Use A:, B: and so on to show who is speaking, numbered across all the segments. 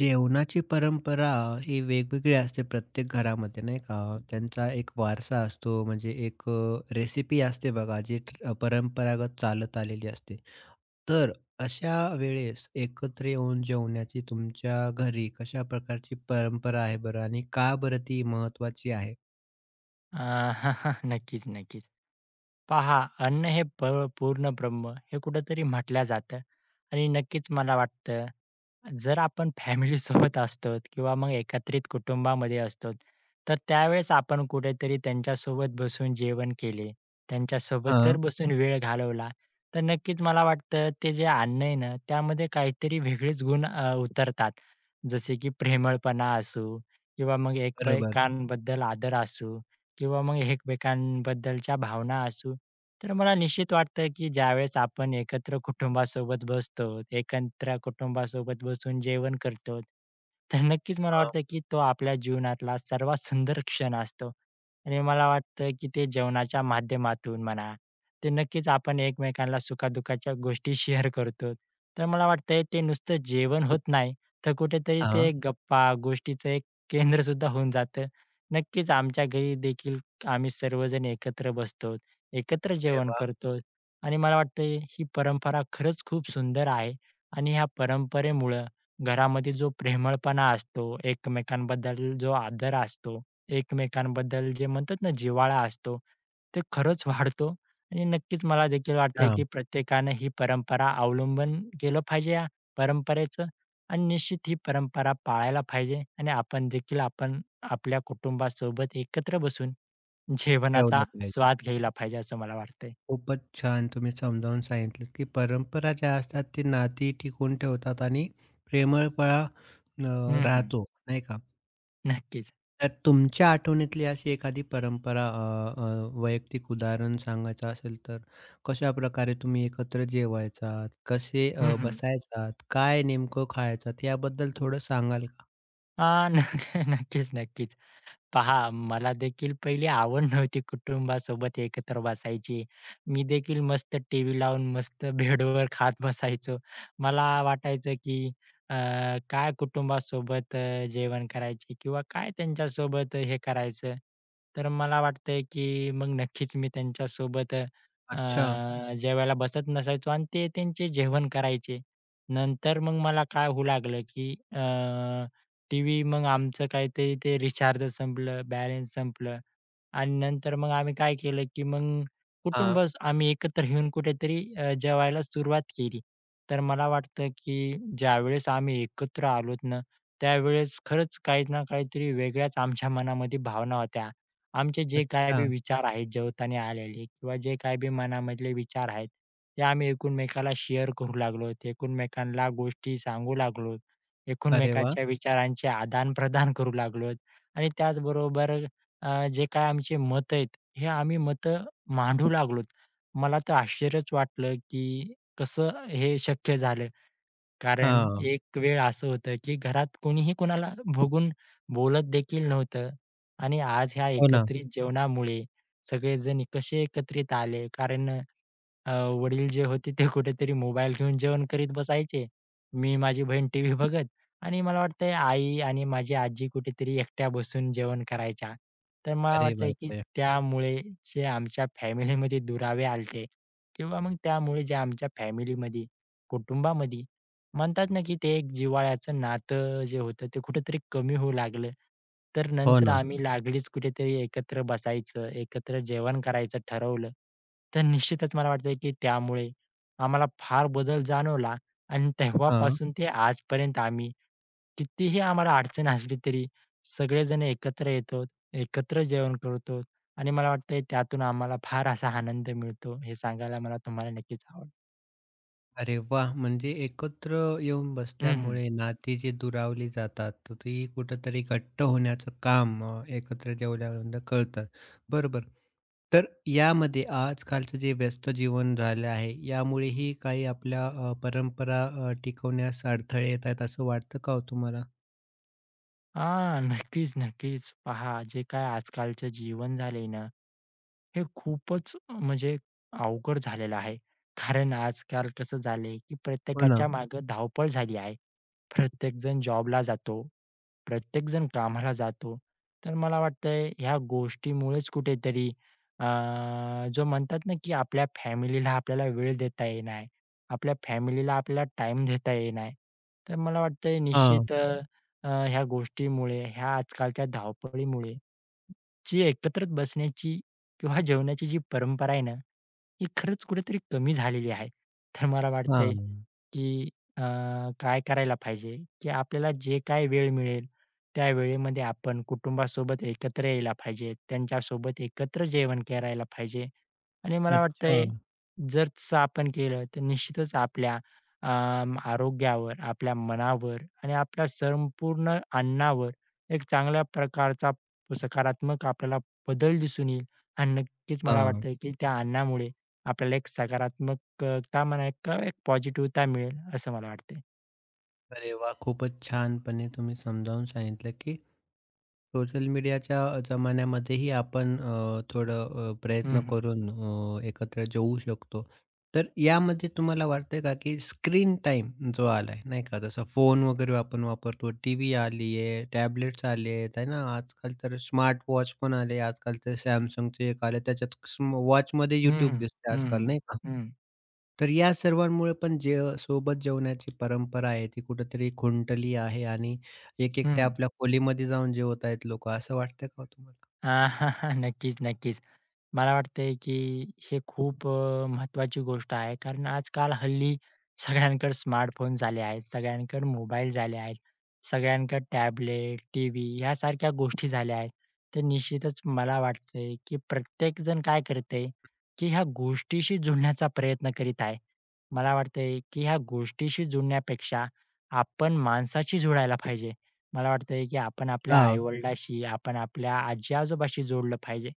A: जेवणाची परंपरा ही वेगवेगळी असते प्रत्येक घरामध्ये नाही का? त्यांचा एक वारसा असतो म्हणजे रेसिपी असते बघा जी परंपरागत चालत आलेली असते. तर अशा वेळेस एकत्र येऊन जेवण्याची तुमच्या घरी कशा प्रकारची परंपरा आहे बरं आणि का बरं ती महत्त्वाची आहे?
B: अ, नक्कीच, नक्कीच. पहा, अन्न हे पूर्ण ब्रह्म हे कुठेतरी म्हटलं जातं आणि नक्कीच मला वाटतं, जर आपण फॅमिलीसोबत असतो किंवा मग एकत्रित कुटुंबामध्ये असतो, तर त्यावेळेस आपण कुठेतरी त्यांच्यासोबत बसून जेवण केले, त्यांच्यासोबत
A: हां,
B: जर बसून वेळ घालवला, तर नक्कीच मला वाटतं ते जे अन्न आहे ना, त्यामध्ये काहीतरी वेगळेच गुण उतरतात. जसे की प्रेमळपणा असू किंवा मग
A: बरोबर.
B: एकमेकांबद्दल आदर असू. किंवा मग एकमेकांबद्दलच्या भावना असू. तर मला निश्चित वाटतं, की ज्यावेळेस आपण एकत्र कुटुंबासोबत बसतो, एकत्र कुटुंबासोबत बसून जेवण करतो, तर नक्कीच मला
A: हां,
B: वाटतं, की तो आपल्या जीवनातला सर्वात सुंदर क्षण असतो. आणि मला वाटतं, की ते जेवणाच्या माध्यमातून म्हणा, ते नक्कीच आपण एकमेकांना सुखादुःखाच्या गोष्टी शेअर करतो. तर मला वाटतंय ते नुसतं जेवण होत नाही, तर कुठेतरी ते
A: हां.
B: एक गप्पा, गोष्टीचं एक केंद्र सुद्धा होऊन जातं. नक्कीच आमच्या घरी देखील आम्ही सर्वजण एकत्र बसतो, एकत्र
A: अरे
B: जेवण
A: वाह!
B: करतो आणि मला वाटतंय ही परंपरा खरंच खूप सुंदर आहे आणि ह्या परंपरेमुळं घरामध्ये जो प्रेमळपणा असतो, एकमेकांबद्दल जो आदर असतो, एकमेकांबद्दल जे म्हणतात ना जिव्हाळा असतो, ते खरंच वाढतो आणि नक्कीच मला देखील वाटतंय की प्रत्येकानं ही परंपरा अवलंबन केलं पाहिजे या परंपरेचं आणि निश्चित ही परंपरा पाळायला पाहिजे आणि आपण देखील आपण आपल्या कुटुंबासोबत एकत्र बसून जेवणाचा
A: जेवलं पाहिजे.
B: स्वाद घ्यायला पाहिजे असं मला वाटतंय.
A: खूपच छान तुम्ही समजावून सांगितलं, की परंपरा ज्या असतात ते नाती टिकवून ठेवतात आणि प्रेमळपणा
B: हं, हं.
A: राहतो, नाही का?
B: नक्कीच.
A: तर तुमच्या आठवणीतली अशी एखादी परंपरा अ, अ, वैयक्तिक उदाहरण सांगायचं असेल तर कशाप्रकारे तुम्ही एकत्र जेवायचात? कसे
B: हं, हं.
A: बसायचात? काय नेमकं खायचात? याबद्दल थोडं सांगाल का?
B: अ, नक्कीच, नक्कीच. पहा मला देखील पहिली आवड नव्हती कुटुंबासोबत एकत्र बसायची. मी देखील मस्त टीव्ही लावून मस्त बेडवर खात बसायचो. मला वाटायचं की अ, काय कुटुंबासोबत जेवण करायचे किंवा काय त्यांच्यासोबत हे करायचं. तर मला वाटतंय की मग नक्कीच मी त्यांच्यासोबत
A: अच्छा.
B: जेवायला बसत नसायचो आणि ते त्यांचे जेवण करायचे. नंतर मग मला काय होऊ लागलं की टीव्ही मग आमचं काय ते ते रिचार्ज संपलं, बॅलन्स संपलं आणि नंतर मग आम्ही काय केलं, की मग
A: हां.
B: आम्ही एकत्र येऊन कुठेतरी जेवायला सुरुवात केली. तर मला वाटतं, की ज्यावेळेस आम्ही एकत्र आलोत ना, त्यावेळेस खरंच काही ना काहीतरी वेगळ्याच आमच्या मनामध्ये भावना होत्या. आमचे जे काही
A: अच्छा.
B: बी विचार आहेत जेवताना आलेले किंवा जे काही बी मनामधले विचार आहेत, ते आम्ही एकमेकाला शेअर करू लागलो, एकमेकांना गोष्टी सांगू लागलो.
A: अरे वाह!
B: एकमेकांच्या विचारांचे आदान-प्रदान करू लागलोत आणि त्याचबरोबर जे काही आमचे मत आहेत, हे आम्ही मांडू लागलोत. मला तर आश्चर्यच वाटलं, की कसं हे शक्य झालं. कारण
A: हां.
B: एक वेळ असं होतं, की घरात कोणीही कोणाला बघून बोलत देखील नव्हतं आणि आज ह्या
A: हो ना.
B: एकत्रित जेवणामुळे सगळेजण कसे एकत्रित आले कारण अ, वडील जे होते ते कुठेतरी मोबाईल घेऊन जेवण करीत बसायचे. मी, माझी बहीण टीव्ही बघत आणि मला वाटतंय आई आणि माझी आजी कुठेतरी एकट्या बसून जेवण करायच्या. तर मला
A: अरे
B: वाटतंय की
A: बापरे!
B: त्यामुळे जे आमच्या फॅमिलीमध्ये दुरावे आले किंवा मग त्यामुळे जे आमच्या फॅमिलीमध्ये, कुटुंबामध्ये म्हणतात ना, की ते एक जिव्हाळ्याचं नातं जे होतं ते कुठेतरी कमी होऊ लागलं. तर
A: हो
B: नंतर
A: ना.
B: आम्ही लागलीच कुठेतरी एकत्र बसायचं, एकत्र जेवण करायचं ठरवलं. तर निश्चितच मला वाटतं, की त्यामुळे आम्हाला फार बदल जाणवला आणि
A: हां.
B: तेव्हापासून ते आजपर्यंत आम्ही कितीही आम्हाला अडचण असली तरी सगळेजण एकत्र येतो, एकत्र जेवण करतो आणि मला वाटतंय त्यातून आम्हाला फार असा आनंद मिळतो. हे सांगायला मला तुम्हाला नक्कीच आवडेल.
A: अरे वाह! म्हणजे एकत्र येऊन
B: हं, हं.
A: बसल्यामुळे नाती जी दुरावली जातात, तर ती कुठेतरी घट्ट होण्याचं काम एकत्र जेवल्यानंतर कळतं. बरोबर. तर यामध्ये आजकालचं जे व्यस्त जीवन झालं आहे, यामुळेही काही आपल्या परंपरा टिकवण्यास अडथळे येत आहेत, असं वाटतं का हो तुम्हाला?
B: हां, नक्कीच, नक्कीच. पहा, जे काय आजकालचं जीवन झालंय ना, हे खूपच म्हणजे अवघड झालेलं आहे. कारण आजकाल कसं झालंय, की
A: हो ना.
B: प्रत्येकाच्या मागे धावपळ झाली आहे. प्रत्येकजण जॉबला जातो, प्रत्येकजण कामाला जातो. तर मला वाटतंय ह्या गोष्टीमुळेच कुठेतरी अ, जो म्हणतात ना, की आपल्या फॅमिलीला आपल्याला वेळ देता येणार आहे. आपल्या फॅमिलीला आपल्याला टाईम देता येणार तर मला वाटतंय
A: हां,
B: निश्चित अ, अ, ह्या गोष्टीमुळे, ह्या आजकालच्या धावपळीमुळे जी एकत्र बसण्याची किंवा जेवणाची जी परंपरा आहे ना, ही खरंच कुठेतरी कमी झालेली आहे. तर मला वाटतंय,
A: हां.
B: की अ, काय करायला पाहिजे, की आपल्याला जे काही वेळ मिळेल, त्या वेळेमध्ये आपण कुटुंबासोबत एकत्र यायला पाहिजे. त्यांच्यासोबत एकत्र जेवण करायला पाहिजे आणि मला
A: अच्छा.
B: वाटतंय जर तसं आपण केलं तर निश्चितच आपल्या आरोग्यावर, आपल्या मनावर आणि आपल्या संपूर्ण अन्नावर एक चांगल्या प्रकारचा सकारात्मक आपल्याला बदल दिसून येईल आणि नक्कीच मला
A: हां.
B: वाटतं की त्या अन्नामुळे आपल्याला एक सकारात्मकता म्हणा किंवा एक पॉझिटिव्हता मिळेल असं मला वाटतंय.
A: अरे वाह! खूपच छानपणे तुम्ही समजावून सांगितलं, की सोशल मीडियाच्या जमान्यामध्येही आपण थोडं
B: हं,
A: प्रयत्न
B: हं.
A: करून एकत्र जेवू शकतो. तर यामध्ये तुम्हाला वाटतंय का, की स्क्रीन टाइम जो आलाय, नाही का, जसं फोन वगैरे आपण वापरतो, टीव्ही आली आहे, टॅबलेट्स आले आहेत, आहे ना. आजकाल तर स्मार्ट वॉच पण आले. आजकाल तर Samsungचे एक आले, त्याच्यात वॉचमध्ये
B: हं, हं.
A: YouTube दिसते
B: हं,
A: आजकाल,
B: हं.
A: नाही का.
B: हं,
A: तर या सर्वांमुळे पण जे सोबत जेवण्याची परंपरा आहे ती कुठेतरी खुंटली आहे आणि
B: हं.
A: एक-एकट्या आपल्या खोलीमध्ये जाऊन जेवत आहेत लोकं, असं वाटतं का हो तुम्हाला?
B: नक्कीच, नक्कीच. मला वाटतंय, की हे खूप महत्त्वाची गोष्ट आहे. कारण आजकाल हल्ली सगळ्यांकडे स्मार्टफोन झाले आहेत, सगळ्यांकडे मोबाईल झाले आहेत, सगळ्यांकडे टॅबलेट, टीव्ही यासारख्या गोष्टी झाल्या आहेत. तर निश्चितच मला वाटतंय, की प्रत्येकजण काय करतंय, की ह्या गोष्टीशी जुळण्याचा प्रयत्न करीत आहे. मला वाटतंय, की ह्या गोष्टीशी जुळण्यापेक्षा आपण माणसाशी जुळायला पाहिजे. मला वाटतंय, की आपण आपल्या
A: हां,
B: आई आपण आपल्या आजी-आजोबाशी जोडलं पाहिजे.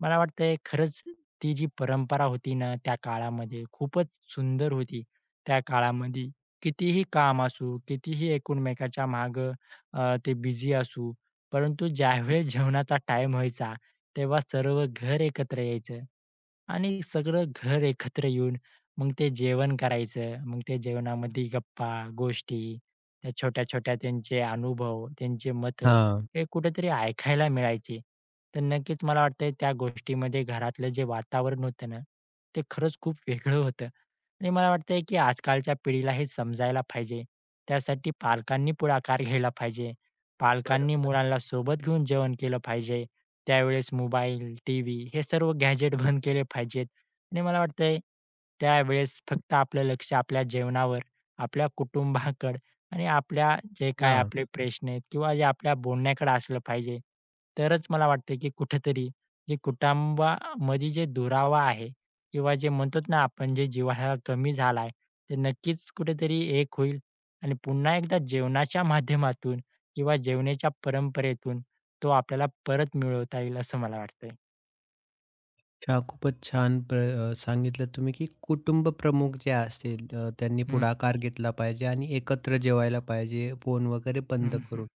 B: मला वाटतंय खरंच ती जी परंपरा होती ना, त्या काळामध्ये खूपच सुंदर होती. त्या काळामध्ये कितीही काम असू, कितीही एकमेकाच्या मागं ते बिझी असू, परंतु ज्यावेळेस जेवणाचा टाईम व्हायचा, तेव्हा सर्व घर एकत्र यायचं आणि सगळं घर एकत्र येऊन मग ते जेवण करायचं. मग त्या जेवणामध्ये गप्पा, गोष्टी, त्या छोट्या-छोट्या त्यांचे अनुभव, त्यांचे मतं
A: हां.
B: हे कुठेतरी ऐकायला मिळायचे. तर नक्कीच मला वाटतंय त्या गोष्टीमध्ये घरातलं जे वातावरण होतं ना, ते खरंच खूप वेगळं होतं. आणि मला वाटतंय की आजकालच्या पिढीला हे समजायला पाहिजे. त्यासाठी पालकांनी पुढाकार घ्यायला पाहिजे. पालकांनी
A: बरोबर.
B: मुलांना सोबत घेऊन जेवण केलं पाहिजे. त्यावेळेस मोबाईल, टीव्ही हे सर्व गॅजेट बंद केले पाहिजेत आणि मला वाटतंय त्यावेळेस फक्त आपलं लक्ष आपल्या जेवणावर, आपल्या कुटुंबाकडं आणि आपल्या जे काय
A: हां.
B: आपले प्रश्न आहेत किंवा जे आपल्या बोलण्याकडे असलं पाहिजे. तरच मला वाटतं की कुठेतरी जे कुटुंबामध्ये जे दुरावा आहे किंवा जे म्हणतो ना आपण जे जिव्हाळा कमी झाला ते नक्कीच कुठेतरी एक होईल आणि पुन्हा एकदा जेवणाच्या माध्यमातून किंवा जेवणाच्या परंपरेतून तो आपल्याला परत मिळवता येईल असं मला वाटतंय.
A: हां, खूपच छान सांगितलं तुम्ही, की कुटुंब प्रमुख जे असतील त्यांनी
B: हं,
A: पुढाकार घेतला पाहिजे आणि एकत्र जेवायला पाहिजे, फोन वगैरे बंद
B: हं, हं.
A: करून.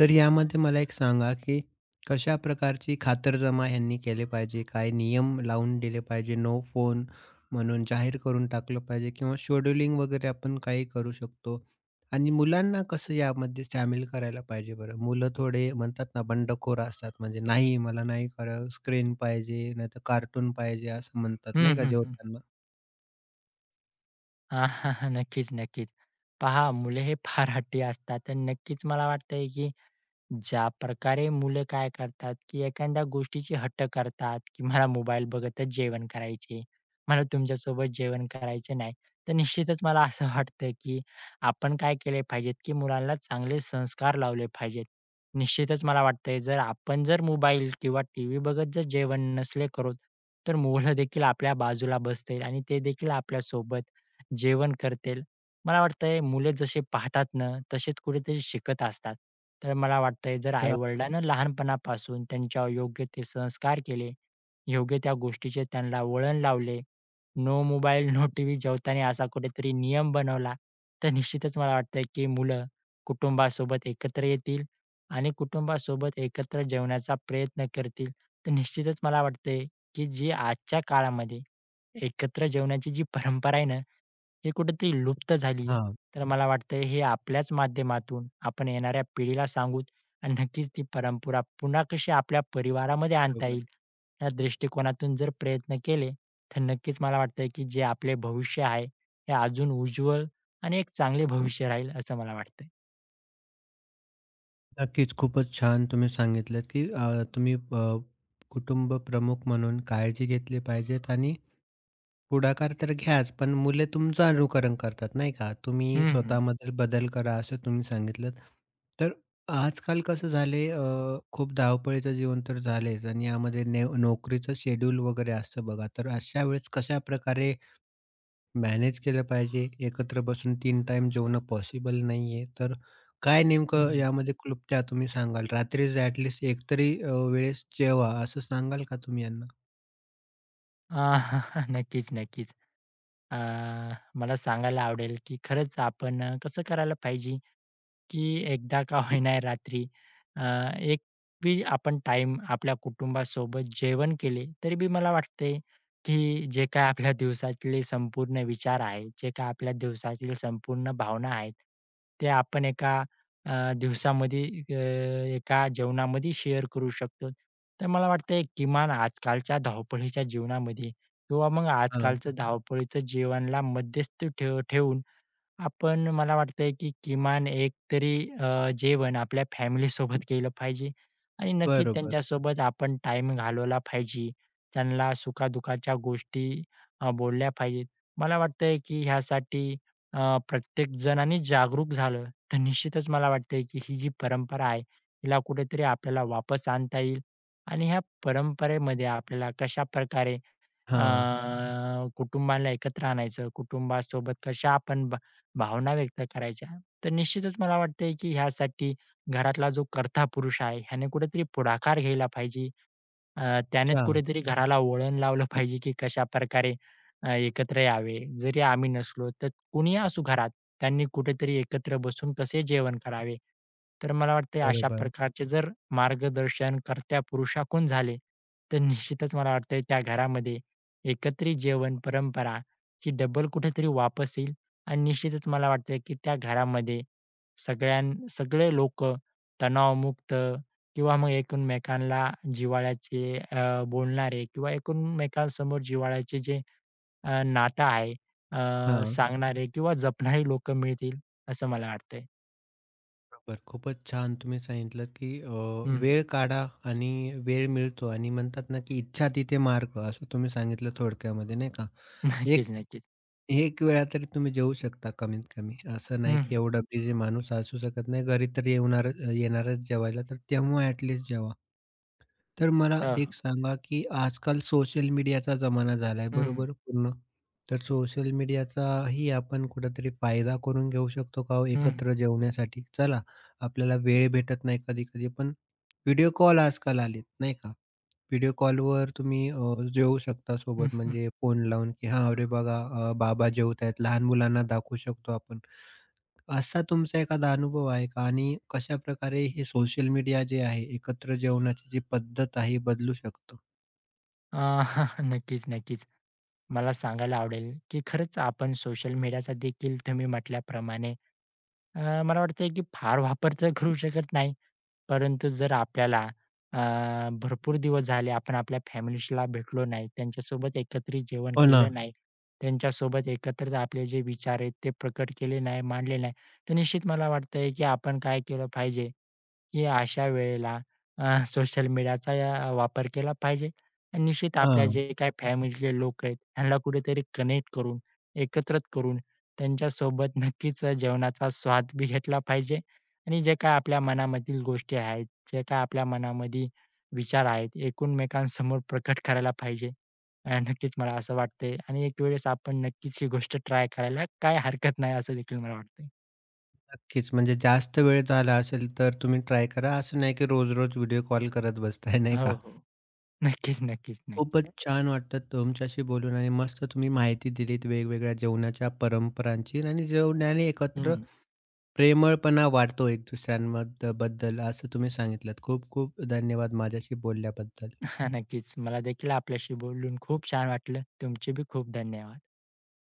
A: तर यामध्ये मला एक सांगा, की कशा प्रकारची खातरजमा ह्यांनी केली पाहिजे? काय नियम लावून दिले पाहिजे? नो फोन म्हणून जाहीर करून टाकलं पाहिजे किंवा शेड्यूलिंग वगैरे आपण काही करू शकतो. आणि मुलांना कसं यामध्ये सामील करायला पाहिजे बरं? मुलं थोडे म्हणतात ना, बंडखोर असतात. म्हणजे नाही, मला नाही खरं स्क्रीन पाहिजे, नाहीतर कार्टून पाहिजे असं म्हणतात
B: हं,
A: नाही का
B: हं, हं.
A: जेवताना?
B: नक्कीच, नक्कीच. पहा मुले हे फार हट्टी असतात आणि नक्कीच मला वाटतंय की ज्या प्रकारे मुलं काय करतात, की एखाद्या गोष्टीची हट्ट करतात, की मला मोबाईल बघतच जेवण करायचे, मला तुमच्यासोबत जेवण करायचे नाही. तर निश्चितच मला असं वाटतं, की आपण काय केले पाहिजेत, की मुलांना चांगले संस्कार लावले पाहिजेत. निश्चितच मला वाटतंय जर आपण जर मोबाईल किंवा टीव्ही बघत जर जेवण नसले करत, तर मुलं देखील आपल्या बाजूला बसतील आणि ते देखील आपल्यासोबत जेवण करतील मला वाटतंय मुले जसे पाहतात ना, तसेच कुठेतरी शिकत असतात. तर मला वाटतंय जर
A: तर
B: आई-वडिलांना लहानपणापासून त्यांच्यावर योग्य ते संस्कार केले, योग्य त्या गोष्टीचे त्यांना वळण लावले, नो मोबाईल, नो टीव्ही जेवताना असा कुठेतरी नियम बनवला, तर निश्चितच मला वाटतंय की मुलं कुटुंबासोबत एकत्र येतील आणि कुटुंबासोबत एकत्र जेवण्याचा प्रयत्न करतील. तर निश्चितच मला वाटतंय की जी आजच्या काळामध्ये एकत्र जेवण्याची जी परंपरा आहे ना, हे कुठेतरी लुप्त झाली आहे.
A: हां.
B: तर मला वाटतंय हे आपल्याच माध्यमातून आपण येणाऱ्या पिढीला सांगूत आणि नक्कीच ती परंपरा पुन्हा कशी आपल्या परिवारामध्ये आणता
A: बरोबर.
B: येईल, या दृष्टिकोनातून जर प्रयत्न केले, तर नक्कीच मला वाटतंय की जे आपले भविष्य आहे, हे अजून उज्ज्वल आणि एक चांगले भविष्य राहील असं मला वाटतंय.
A: नक्कीच. खूपच छान तुम्ही सांगितलंत, की तुम्ही कुटुंब प्रमुख म्हणून काळजी घेतली पाहिजेत आणि पुढाकार तर घ्याच, पण मुले तुमचं अनुकरण करतात, नाही का? तुम्ही
B: हं, हं.
A: स्वतःमध्ये बदल करा, असं तुम्ही सांगितलंत. तर आजकाल कसं झालंय खूप धावपळीचं जीवन तर झालेच आणि यामध्ये नोकरीचं शेड्यूल वगैरे असतं बघा. तर अशा वेळेस कशाप्रकारे मॅनेज केलं पाहिजे. एकत्र बसून 3 टाईम जेवणं पॉसिबल नाहीये. तर काय नेमकं
B: हं.
A: यामध्ये क्लुप्त्या तुम्ही सांगाल? रात्रीच ॲट एकतरी वेळेस जेवा असं सांगाल का तुम्ही यांना?
B: अ, नक्कीच, नक्कीच. अ, मला सांगायला आवडेल की खरंच आपण कसं करायला पाहिजे की एकदा का होईना रात्री अ, एक बी आपण टाईम आपल्या कुटुंबासोबत जेवण केले, तरी बी मला वाटतंय, की जे काही आपल्या दिवसातले संपूर्ण विचार आहेत, जे काही आपल्या दिवसातले संपूर्ण भावना आहेत, ते आपण एका दिवसामध्ये एका जेवणामध्ये शेअर करू शकतो. तर मला वाटतंय किमान आजकालच्या धावपळीच्या जीवनामध्ये किंवा मग
A: हां,
B: आजकालचं धावपळीचं जीवनाला मध्यस्थी ठेवून आपण मला वाटतंय, की किमान एक तरी जेवण आपल्या फॅमिलीसोबत केलं पाहिजे आणि नक्कीच
A: बरोबर.
B: त्यांच्यासोबत आपण टाइम घालवला पाहिजे. त्यांना सुखादुःखाच्या गोष्टी बोलल्या पाहिजेत. मला वाटतंय, की ह्यासाठी प्रत्येक जणांनी जागरूक झालं, तर निश्चितच मला वाटतंय, की ही जी परंपरा आहे, हिला कुठेतरी आपल्याला वापस आणता येईल आणि ह्या परंपरेमध्ये आपल्याला कशाप्रकारे
A: हां.
B: कुटुंबाला एकत्र आणायचं, कुटुंबासोबत कशा आपण भावना व्यक्त करायच्या. तर निश्चितच मला वाटतंय, की ह्यासाठी घरातला जो कर्ता पुरुष आहे, ह्याने कुठेतरी पुढाकार घ्यायला पाहिजे त्यानेच
A: अच्छा,
B: कुठेतरी घराला वळण लावलं पाहिजे, की कशाप्रकारे एकत्र यावे. जरी आम्ही नसलो, तर कुणीही असू घरात, त्यांनी कुठेतरी एकत्र बसून कसे जेवण करावे. तर मला वाटतंय अशा
A: बरोबर.
B: प्रकारचे जर मार्गदर्शन कर्त्या पुरुषाकडून झाले, तर निश्चितच मला वाटतंय त्या घरामध्ये एकत्रित जेवण परंपरा ही डबल कुठेतरी वापस येईल आणि निश्चितच मला वाटतंय, की त्या घरामध्ये सगळ्यां सगळे लोकं तणावमुक्त किंवा मग एकमेकांना जिव्हाळ्याचे बोलणारे किंवा एकमेकांसमोर जिव्हाळ्याचे जे नातं आहे
A: हां,
B: सांगणारे किंवा जपणारी लोकं मिळतील, असं मला वाटतंय.
A: बरोबर. खूपच छान तुम्ही सांगितलं, की
B: हं,
A: वेळ काढा आणि वेळ मिळतो आणि म्हणतात ना, की इच्छा तिथे मार्ग असं तुम्ही सांगितलं थोडक्यामध्ये नाही का?
B: नक्कीच,
A: एक
B: नक्कीच.
A: एक वेळा तरी तुम्ही जेवू शकता कमीत कमी. असं नाही
B: हं,
A: की
B: हं.
A: एवढा बिझी माणूस असू शकत नाही. घरी तर येणारच जेवायला, तर तेव्हा ॲट लीस्ट जेवा. तर मला
B: अ,
A: एक सांगा, की आजकाल सोशल मीडियाचा जमाना झालाय
B: हं,
A: बरोबर पूर्ण. तर सोशल मीडियाचाही आपण कुठेतरी फायदा करून घेऊ शकतो का हो
B: हं,
A: एकत्र जेवण्यासाठी? चला, आपल्याला वेळ भेटत नाही कधी-कधी पण व्हिडिओ कॉल आजकाल आलेत नाही का? व्हिडिओ कॉलवर तुम्ही जेवू शकता
B: हं,
A: सोबत
B: हं.
A: म्हणजे फोन लावून, की "हां, अरे बघा बाबा जेवतायत." लहान मुलांना दाखवू शकतो आपण. असा तुमचा एखादा अनुभव आहे का? आणि कशाप्रकारे हे सोशल मीडिया जे आहे, एकत्र जेवणाची जी पद्धत आहे, बदलू शकतो?
B: अ, नक्कीच, नक्कीच. मला सांगायला आवडेल, की खरंच आपण सोशल मीडियाचा देखील तुम्ही म्हटल्याप्रमाणे अ, मला वाटतंय, की फार वापर तर करू शकत नाही. परंतु जर आपल्याला अ, भरपूर दिवस झाले आपण आपल्या फॅमिलीला भेटलो नाही, त्यांच्यासोबत एकत्रित जेवण
A: हो ना.
B: केलं नाही, त्यांच्यासोबत एकत्रित आपले जे विचार आहेत ते प्रकट केले नाही, मांडले नाही, तर निश्चित मला वाटतंय की आपण काय केलं पाहिजे की अशा वेळेला सोशल मीडियाचा वापर केला पाहिजे. आणि निश्चित आपल्या जे
A: हां.
B: काही फॅमिलीतले लोक आहेत, ह्यांना कुठेतरी कनेक्ट करून, एकत्रित करून त्यांच्यासोबत नक्कीच जेवणाचा स्वाद बी घेतला पाहिजे. आणि जे काही आपल्या मनामधील गोष्टी आहेत, जे काही आपल्या मनामध्ये विचार आहेत, एकमेकांसमोर प्रकट करायला पाहिजे. नक्कीच मला असं वाटतंय आणि एक वेळेस आपण नक्कीच ही गोष्ट ट्राय करायला काही हरकत नाही असं देखील मला वाटतंय.
A: नक्कीच. म्हणजे जास्त वेळ झाला असेल, तर तुम्ही ट्राय करा. असं नाही की रोज-रोज व्हिडिओ कॉल करत बसताय, नाही
B: हो,
A: का?
B: हो. नक्कीच, नक्कीच, नक्की.
A: खूपच छान वाटतं तुमच्याशी बोलून आणि मस्त तुम्ही माहिती दिलीत वेगवेगळ्या जेवणाच्या परंपरांची आणि जेवणाने एकत्र
B: हं.
A: प्रेमळपणा वाढतो एक असं तुम्ही सांगितलंत. खूप खूप धन्यवाद माझ्याशी बोलल्याबद्दल.
B: हां, नक्कीच. मला देखील आपल्याशी बोलून खूप छान वाटलं. तुमचे बी खूप धन्यवाद.